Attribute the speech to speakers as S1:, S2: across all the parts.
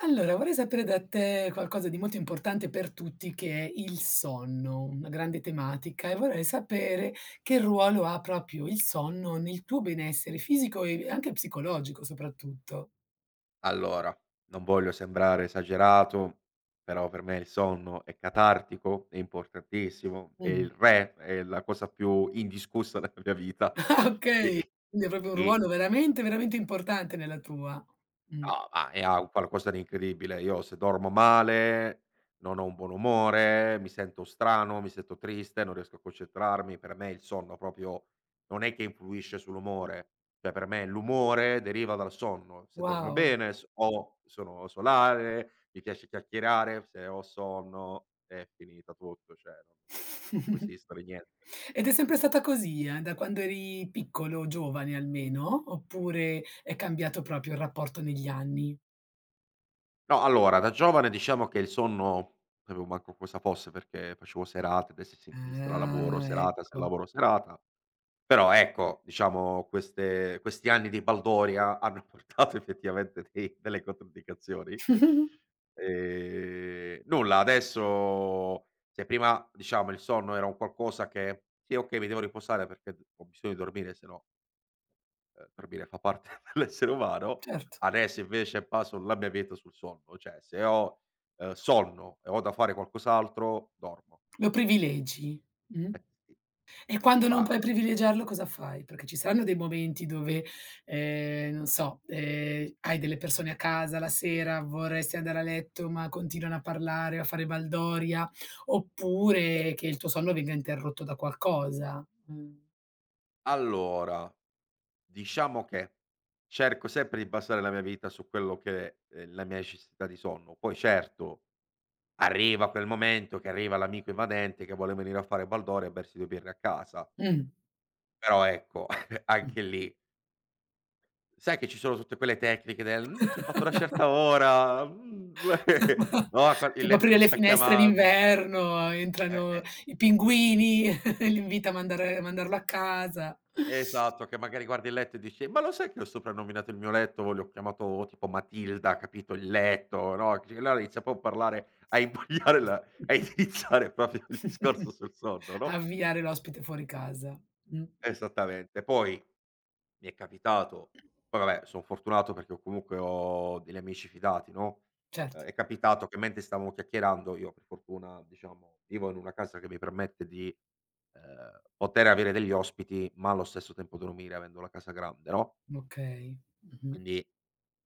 S1: Allora, vorrei sapere da te qualcosa di molto importante per tutti che è il sonno, una grande tematica e vorrei sapere che ruolo ha proprio il sonno nel tuo benessere fisico e anche psicologico soprattutto.
S2: Allora, non voglio sembrare esagerato, però per me il sonno è catartico, è importantissimo, è
S1: Mh.
S2: il re, è la cosa più indiscussa della mia
S1: Ah
S2: vita.
S1: okay, quindi è proprio un
S2: E
S1: ruolo veramente, veramente importante nella tua. Mh.
S2: No, ma è a un qualcosa di incredibile. Io se dormo male, non ho un buon umore, mi sento strano, mi sento triste, non riesco a concentrarmi. Per me il sonno proprio non è che influisce sull'umore, cioè per me l'umore deriva dal sonno. Se dormo
S1: Wow.
S2: bene, s ho sono solare, mi piace chiacchierare, se ho sonno è finita tutto, cioè non può esistere niente.
S1: Ed è sempre stata così, da quando eri piccolo, giovane almeno, oppure è cambiato proprio il rapporto negli anni?
S2: No, allora da giovane diciamo che il sonno non sapevo manco cosa fosse perché facevo serate, destra e sinistra, lavoro,
S1: Ah,
S2: serata, se
S1: ecco.
S2: lavoro, serata. Però ecco, diciamo queste questi anni di baldoria hanno portato effettivamente dei delle controindicazioni. Nulla, adesso se prima diciamo il sonno era un qualcosa che: "Sì, okay, mi devo riposare perché d ho bisogno di dormire se no." Dormire fa parte dell'essere umano.
S1: Certo,
S2: Adesso invece baso la mia vita sul sonno, cioè se ho, sonno e ho da fare qualcos'altro dormo.
S1: lo privilegi, mh.
S2: Eh sì.
S1: E quando non puoi
S2: Ma
S1: privilegiarlo cosa fai? Perché ci saranno dei momenti dove, non so, hai delle persone a casa la sera, vorresti andare a letto, ma continuano a parlare, a fare baldoria, oppure che il tuo sonno venga interrotto da qualcosa. Mh.
S2: allora, diciamo che cerco sempre di basare la mia vita su quello che è la mia necessità di sonno. Poi certo, arriva quel momento che arriva l'amico invadente che vuole venire a fare baldoria e bersi 2 birre a casa,
S1: Mh.
S2: però ecco anche lì. Sai che ci sono tutte quelle tecniche del: "Mhmm, ci hai fatto una certa ora, mhmm, no, qua il
S1: Tipo
S2: letto
S1: aprire
S2: mi
S1: le
S2: sta
S1: finestre
S2: chiamando."
S1: d'inverno,
S2: Eh,
S1: entrano
S2: eh,
S1: i pinguini, li invita a mandarlo a casa.
S2: esatto, che magari guardi il letto e dici: "Ma lo sai che ho soprannominato il mio letto, o l'ho chiamato tipo Matilda, capito, il letto", no, che allora inizia poi a parlare, a imbrogliare la a iniziare proprio il discorso sul sonno, no?
S1: Avviare l'ospite fuori casa. Mh,
S2: Esattamente. Poi Mi è capitato poi vabbè son fortunato perché ho comunque ho degli amici fidati, no,
S1: certo.
S2: è capitato che mentre stavamo chiacchierando io per fortuna diciamo vivo in una casa che mi permette di, poter avere degli ospiti, ma allo stesso tempo dormire avendo la casa grande, no,
S1: Okay. Mh-mh,
S2: quindi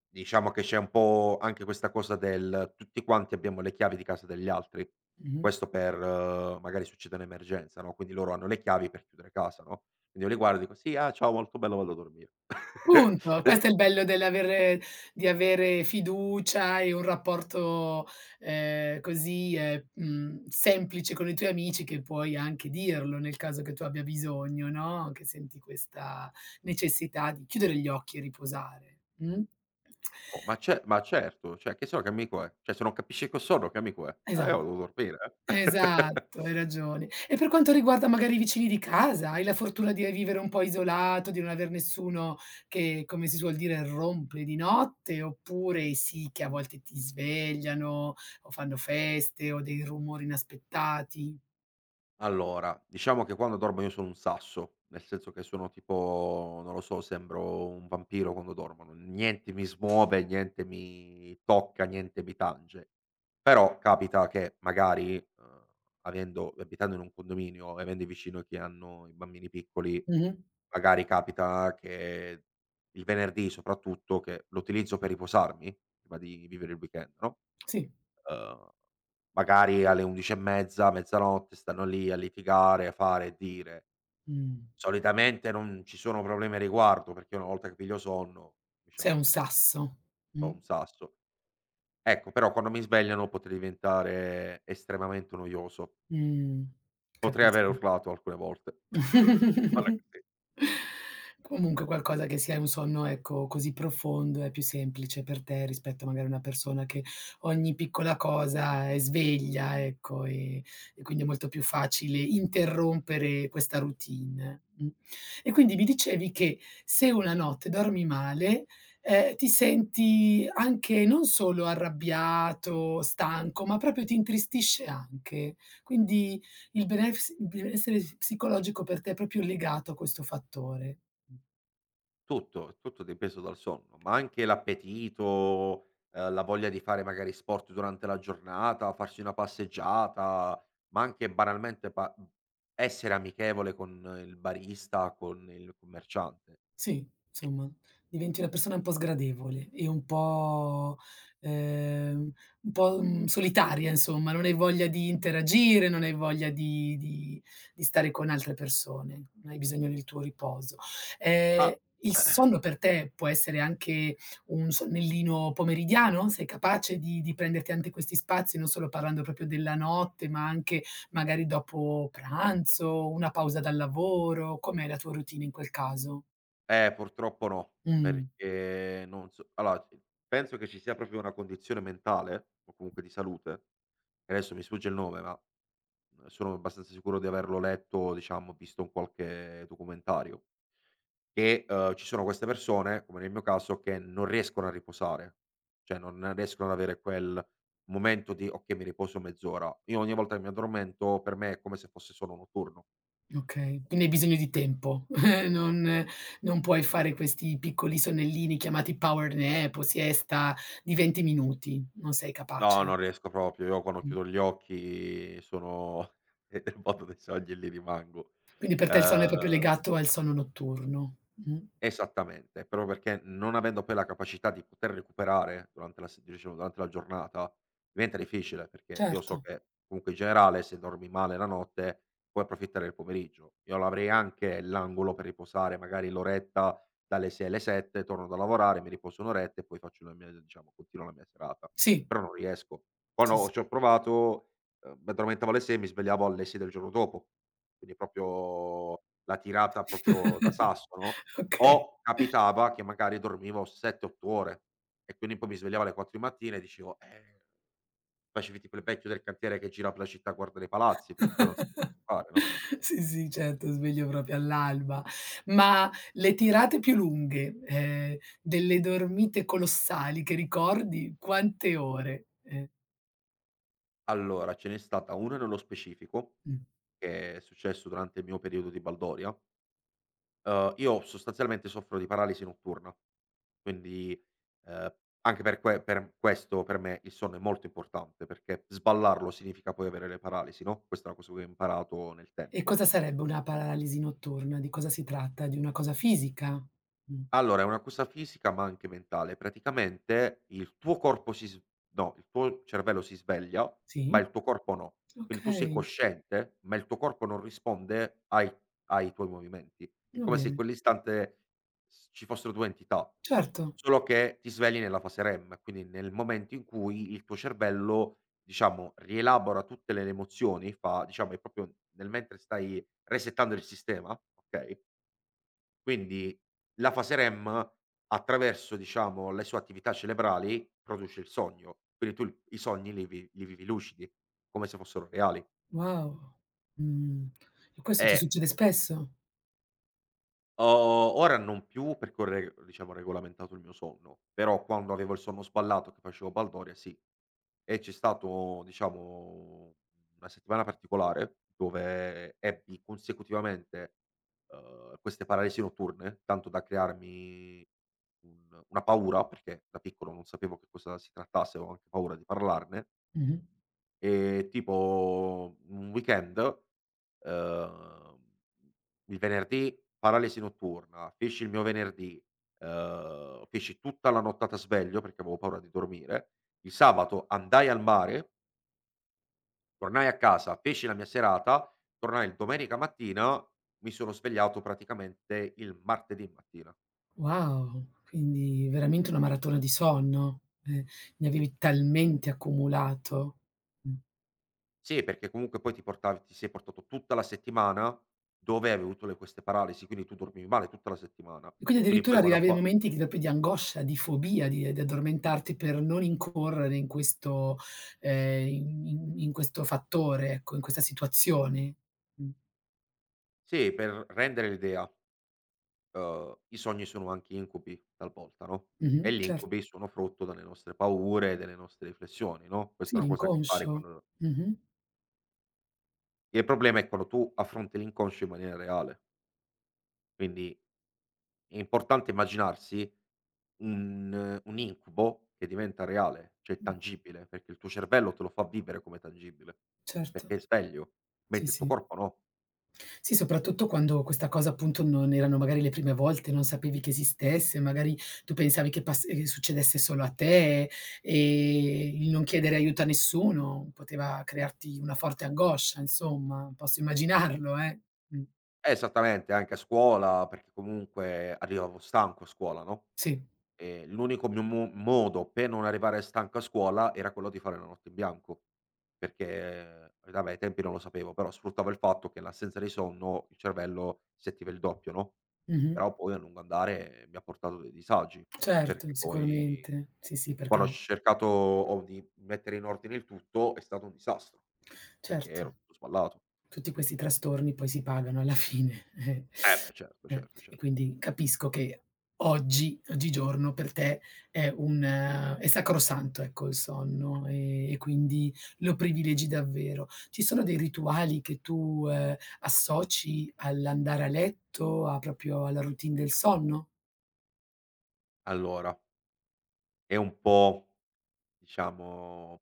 S2: diciamo che c'è un po' anche questa cosa del tutti quanti abbiamo le chiavi di casa degli altri.
S1: mh-mh.
S2: Questo per magari succede un'emergenza, no, quindi loro hanno le chiavi per chiudere casa, no, quindi io li guardo e dico: "Sì, ah, ciao molto bello, vado a dormire."
S1: Punto. Questo è il bello dell'avere di avere fiducia e un rapporto, così, semplice con i tuoi amici che puoi anche dirlo nel caso che tu abbia bisogno, no, che senti questa necessità di chiudere gli occhi e riposare, mh?
S2: Oh, ma ce ma certo, cioè che se no che amico è? Cioè se non capisci che ho sonno che amico è?
S1: Esa
S2: Io vado a dormire, eh.
S1: Esatto, hai ragione. E per quanto riguarda magari i vicini di casa, hai la fortuna di vivere un po' isolato, di non aver nessuno che, come si suol dire, rompe di notte, oppure sì che a volte ti svegliano o fanno feste o dei rumori inaspettati?
S2: Allora, diciamo che quando dormo io sono un sasso, nel senso che sono tipo, non lo so, sembro un vampiro quando dormo, n niente mi smuove, niente mi tocca, niente mi tange. Però capita che magari, avendo abitando in un condominio e avendo vicino chi hanno i bambini piccoli,
S1: Mh-mh.
S2: magari capita che il venerdì soprattutto, che lo utilizzo per riposarmi prima di vivere il weekend, no,
S1: Sì.
S2: uhm magari alle 11 e mezza, mezzanotte stanno lì a litigare, a fare e dire.
S1: Mh.
S2: Solitamente non ci sono problemi a riguardo, perché una volta che piglio sonno,
S1: Sei un
S2: diciamo,
S1: sasso.
S2: do
S1: Mh.
S2: un sasso. Ecco, però quando mi svegliano potrei diventare estremamente noioso.
S1: Mh.
S2: Potrei aver
S1: Capisco.
S2: urlato alcune volte. Guarda che sì.
S1: Comunque qualcosa che sia un sonno, ecco, così profondo è più semplice per te rispetto magari a una persona che ogni piccola cosa è sveglia, ecco, e quindi è molto più facile interrompere questa routine. Mh. E quindi mi dicevi che se una notte dormi male, ti senti anche non solo arrabbiato, stanco, ma proprio ti intristisce anche. Quindi il benessere psicologico per te è proprio legato a questo fattore. Mh.
S2: Tutto, è tutto dipeso dal sonno, ma anche l'appetito, la voglia di fare magari sport durante la giornata, farsi una passeggiata, ma anche banalmente essere amichevole con il barista, con il commerciante.
S1: Sì,
S2: E
S1: insomma, diventi una persona un po' sgradevole e ehm, un po', solitaria insomma, non hai voglia di interagire, non hai voglia di stare con altre persone, hai bisogno del tuo riposo.
S2: ah,
S1: Ehm, il sonno per te può essere anche un sonnellino pomeridiano? Sei capace di prenderti anche questi spazi, non solo parlando proprio della notte, ma anche magari dopo pranzo, una pausa dal lavoro? Com'è la tua routine in quel caso?
S2: purtroppo no,
S1: Mh,
S2: perché non so allora, penso che ci sia proprio una condizione mentale, o comunque di salute, che adesso mi sfugge il nome, ma sono abbastanza sicuro di averlo letto, diciamo, visto in qualche documentario. Che, ci sono queste persone, come nel mio caso, che non riescono a riposare, cioè non riescono ad avere quel momento di: "Okay, mi riposo mezz'ora." Io ogni volta che mi addormento per me è come se fosse solo notturno.
S1: okay. Quindi hai bisogno di
S2: E
S1: tempo. Non non puoi fare questi piccoli sonnellini chiamati power nap o siesta di 20 minuti, non sei
S2: no,
S1: capace.
S2: non riesco proprio. Io quando
S1: Mh.
S2: chiudo gli occhi sono nel mondo dei sogni e lì rimango.
S1: Quindi per te il sonno è proprio
S2: Ehm
S1: legato al sonno notturno. Mh.
S2: Esattamente, proprio perché non avendo poi la capacità di poter recuperare durante la se diciamo durante la giornata, diventa difficile, perché io
S1: Certo.
S2: so che comunque in generale se dormi male la notte puoi approfittare del pomeriggio. Io l'avrei anche l'angolo per riposare, magari l'oretta dalle 6 alle 7, torno da lavorare, mi riposo un'oretta e poi faccio la mia diciamo, continuo la mia serata,
S1: Sì,
S2: però non riesco. Quando
S1: sì, sì.
S2: ci ho provato, mi addormentavo alle 6 e mi svegliavo alle 6 del giorno dopo, quindi proprio la tirata proprio da sasso, no,
S1: Okay.
S2: o capitava che magari dormivo 7, 8 ore e quindi poi mi svegliavo alle 4 di mattina e dicevo: "Eh", facevi tipo il vecchio del cantiere che gira per la città, guarda dei palazzi, perché poi non sapevi cosa fare, no.
S1: Sì, sì, certo, sveglio proprio all'alba. Ma le tirate più lunghe, delle dormite colossali che ricordi, quante ore?
S2: Allora, ce n'è stata una nello specifico,
S1: Mh.
S2: che è successo durante il mio periodo di baldoria. Io sostanzialmente soffro di paralisi notturna, quindi, ehm, anche per questo per me il sonno è molto importante, perché sballarlo significa poi avere le paralisi, no, questa è una cosa che ho imparato nel
S1: E
S2: tempo.
S1: cosa sarebbe una paralisi notturna? Di cosa si tratta? Di una cosa fisica? Mh.
S2: Allora, è una cosa fisica, ma anche mentale. Praticamente il tuo corpo si s no, il tuo cervello si sveglia, ma
S1: Sì?
S2: il tuo corpo no. Quindi tu sei
S1: Okay,
S2: cosciente, ma il tuo corpo non risponde ai tuoi movimenti. È
S1: va
S2: come se in
S1: bene.
S2: quell'istante s ci fossero 2 entità,
S1: Certo.
S2: solo che ti svegli nella fase REM, quindi nel momento in cui il tuo cervello, diciamo, rielabora tutte le emozioni, fa diciamo, è proprio nel mentre stai resettando il sistema, okay? Quindi la fase REM, attraverso diciamo le sue attività cerebrali, produce il sogno, quindi tu il i sogni li vivi lucidi, come se fossero reali.
S1: Wow. Mh. E questo ti
S2: E
S1: succede spesso?
S2: Ho ora non più perché ho re diciamo regolamentato il mio sonno, però quando avevo il sonno sballato che facevo baldoria sì. E c'è stato diciamo una settimana particolare dove ebbi consecutivamente, queste paralisi notturne, tanto da crearmi un una paura, perché da piccolo non sapevo che cosa si trattasse, avevo anche paura di parlarne,
S1: Mh-mh.
S2: e tipo un weekend ehm, il venerdì paralisi notturna, feci il mio venerdì, feci tutta la nottata sveglio perché avevo paura di dormire. Il sabato andai al mare, tornai a casa, feci la mia serata, tornai il domenica mattina, mi sono svegliato praticamente il martedì mattina.
S1: Wow, quindi veramente una maratona di sonno. Eh, ne
S2: Sì.
S1: avevi talmente accumulato. Mh.
S2: Sì, perché comunque poi ti sei portato tutta la settimana dove avevi avuto le queste paralisi, quindi tu dormivi male tutta la settimana.
S1: E quindi
S2: Quindi
S1: addirittura
S2: poi quando
S1: arrivavi a
S2: fa
S1: momenti di proprio di angoscia, di fobia, di addormentarti per non incorrere in questo in questo fattore, ecco, in questa situazione. Mh.
S2: sì, per rendere l'idea. I sogni sono anche incubi talvolta, no,
S1: Mh-mh,
S2: e gli
S1: cer
S2: incubi sono frutto delle nostre paure, delle nostre riflessioni, no, questa
S1: sì,
S2: è una cosa che fare
S1: l'inconscio.
S2: quando
S1: Mh-mh.
S2: Il problema è quando tu affronti l'inconscio in maniera reale, quindi è importante immaginarsi un incubo che diventa reale, cioè
S1: Mh,
S2: tangibile, perché il tuo cervello te lo fa vivere come tangibile,
S1: certo.
S2: perché è sveglio,
S1: Sì,
S2: mentre il tuo
S1: sì.
S2: corpo no.
S1: Sì, soprattutto quando questa cosa appunto non erano magari le prime volte, non sapevi che esistesse, magari tu pensavi che pass succedesse solo a te, il non chiedere aiuto a nessuno poteva crearti una forte angoscia, insomma, posso immaginarlo, eh. Mh,
S2: Esattamente, anche a scuola, perché comunque arrivavo stanco a scuola, no.
S1: sì,
S2: L'unico mio mo modo per non arrivare stanco a scuola era quello di fare la notte in bianco, perché vabbè ai tempi non lo sapevo, però sfruttavo il fatto che l'assenza di sonno il cervello si attiva il doppio, no,
S1: mh-mh.
S2: però poi a lungo andare mi ha portato dei disagi,
S1: Certo,
S2: perché poi
S1: sicuramente. Sì, sì,
S2: quando ho
S1: perché
S2: cercato o di mettere in ordine il tutto è stato un disastro, perché
S1: certo,
S2: ero tutto sballato.
S1: tutti questi trastorni poi si pagano alla fine,
S2: Eh beh certo, certo,
S1: E
S2: cer
S1: quindi capisco che oggigiorno per te è sacrosanto, ecco, il sonno, e quindi lo privilegi davvero. Ci sono dei rituali che tu, associ all'andare a letto, a proprio alla routine del sonno?
S2: allora è un po' diciamo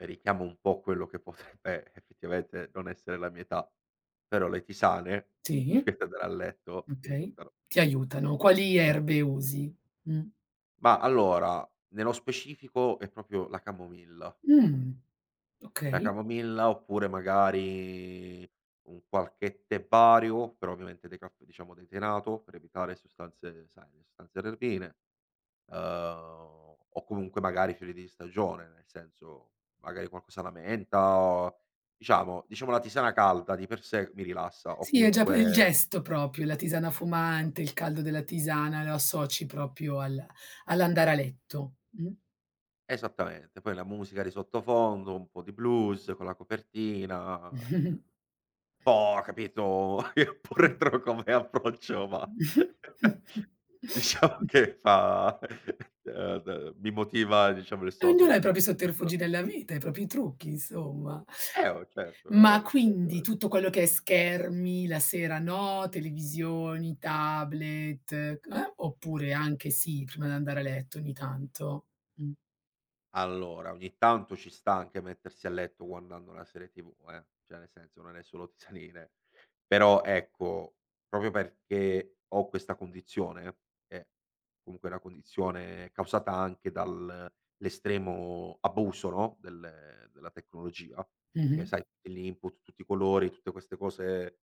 S2: richiama un po' quello che potrebbe effettivamente non essere la mia età, però le tisane,
S1: Sì,
S2: prima di andare a letto, ti
S1: okay.
S2: aiutano.
S1: Ti aiutano. Quali erbe usi? Mh.
S2: Ma allora, nello specifico è proprio la camomilla.
S1: Mh,
S2: La
S1: okay.
S2: camomilla oppure magari un qualche tè vario, però ovviamente decaf diciamo detenato per evitare sostanze sai, le sostanze erbivore. O comunque magari fiori di stagione, nel senso magari qualcosa alla menta o diciamo la tisana calda di per sé mi rilassa o
S1: Sì, è già p il
S2: comunque
S1: gesto proprio, la tisana
S2: esa
S1: fumante, il caldo della tisana, lo associ proprio al all'andare a letto.
S2: esattamente, poi la musica di sottofondo, un po' di blues con la copertina,
S1: Mh.
S2: ehm, po' capito, è un po' retro come approccio, ma diciamo che fa d mi motiva diciamo il sonno,
S1: Ognuno ha i
S2: mi
S1: propri sotterfugi nella vita, i propri trucchi insomma.
S2: oh certo,
S1: Ma
S2: lo
S1: quindi
S2: so.
S1: tutto quello che è schermi la sera no, televisioni, tablet, oppure anche sì, prima di andare a letto ogni tanto? Mh.
S2: Allora, ogni tanto ci sta anche mettersi a letto guardando la serie TV, cioè nel senso non è solo tisanire. Però ecco, proprio perché ho questa condizione, che è comunque una condizione causata anche dall'estremo abuso, no, della tecnologia,
S1: Mh-mh.
S2: che sai tutti gli input, tutti i colori, tutte queste cose,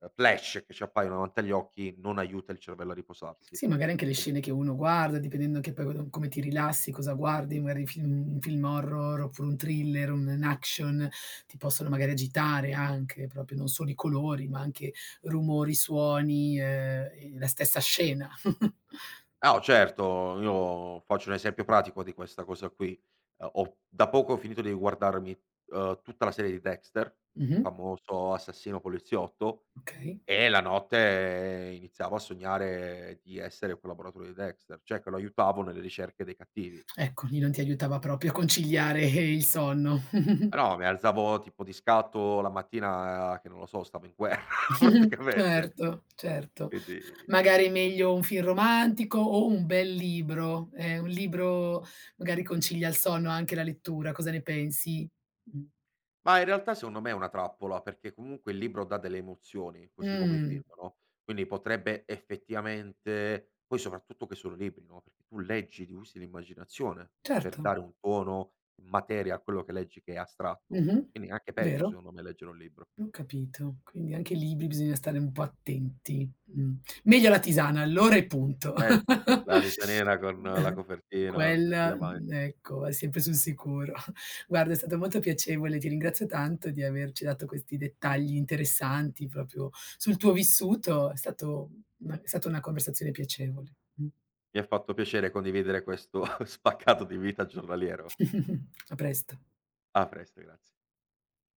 S2: flash che ci appaiono davanti agli occhi, non aiuta il cervello a riposarsi.
S1: Sì, magari anche le
S2: Quindi
S1: scene che uno guarda, dipendendo anche poi co come ti rilassi, cosa guardi, magari film un film horror, oppure un thriller, un action, ti possono magari agitare anche, proprio non solo i colori, ma anche rumori, suoni, e la stessa scena.
S2: ah, oh, certo, io faccio un esempio pratico di questa cosa qui. Ho da poco ho finito di guardarmi, tutta la serie di Dexter, il
S1: Mh-mh.
S2: famoso assassino poliziotto,
S1: Okay.
S2: e la notte iniziavo a sognare di essere un collaboratore di Dexter, cioè che lo aiutavo nelle ricerche dei cattivi.
S1: Ecco, lì non ti
S2: Quindi
S1: aiutava proprio a conciliare il sonno.
S2: no, mi alzavo tipo di scatto la mattina che non lo so, stavo in guerra praticamente,
S1: Certo, certo.
S2: quindi
S1: Magari è meglio un film romantico o un bel libro, un libro magari concilia il sonno anche la lettura, cosa ne pensi? Mh.
S2: ma in realtà secondo me è una trappola, perché comunque il libro dà delle emozioni, così come i
S1: Mh,
S2: film, no, quindi potrebbe effettivamente poi soprattutto che sono libri, no, perché tu leggi, ti usi l'immaginazione per
S1: certo.
S2: dare un tono, materia a quello che leggi che è astratto,
S1: Mh-mh.
S2: quindi è anche peggio
S1: Vero.
S2: secondo me leggere un libro.
S1: Ho capito. Quindi anche i libri bisogna stare un po' attenti. Mh. Meglio la tisana allora e punto.
S2: Beh, la Lista nera con la copertina, non si
S1: Quella
S2: sbaglia mai.
S1: ecco, è sempre sul sicuro. Guarda, è stato molto piacevole, ti ringrazio tanto di averci dato questi dettagli interessanti proprio sul tuo vissuto, è stata una conversazione piacevole. Mh.
S2: Mi ha fatto piacere condividere questo spaccato di vita giornaliero.
S1: A presto.
S2: A presto, grazie.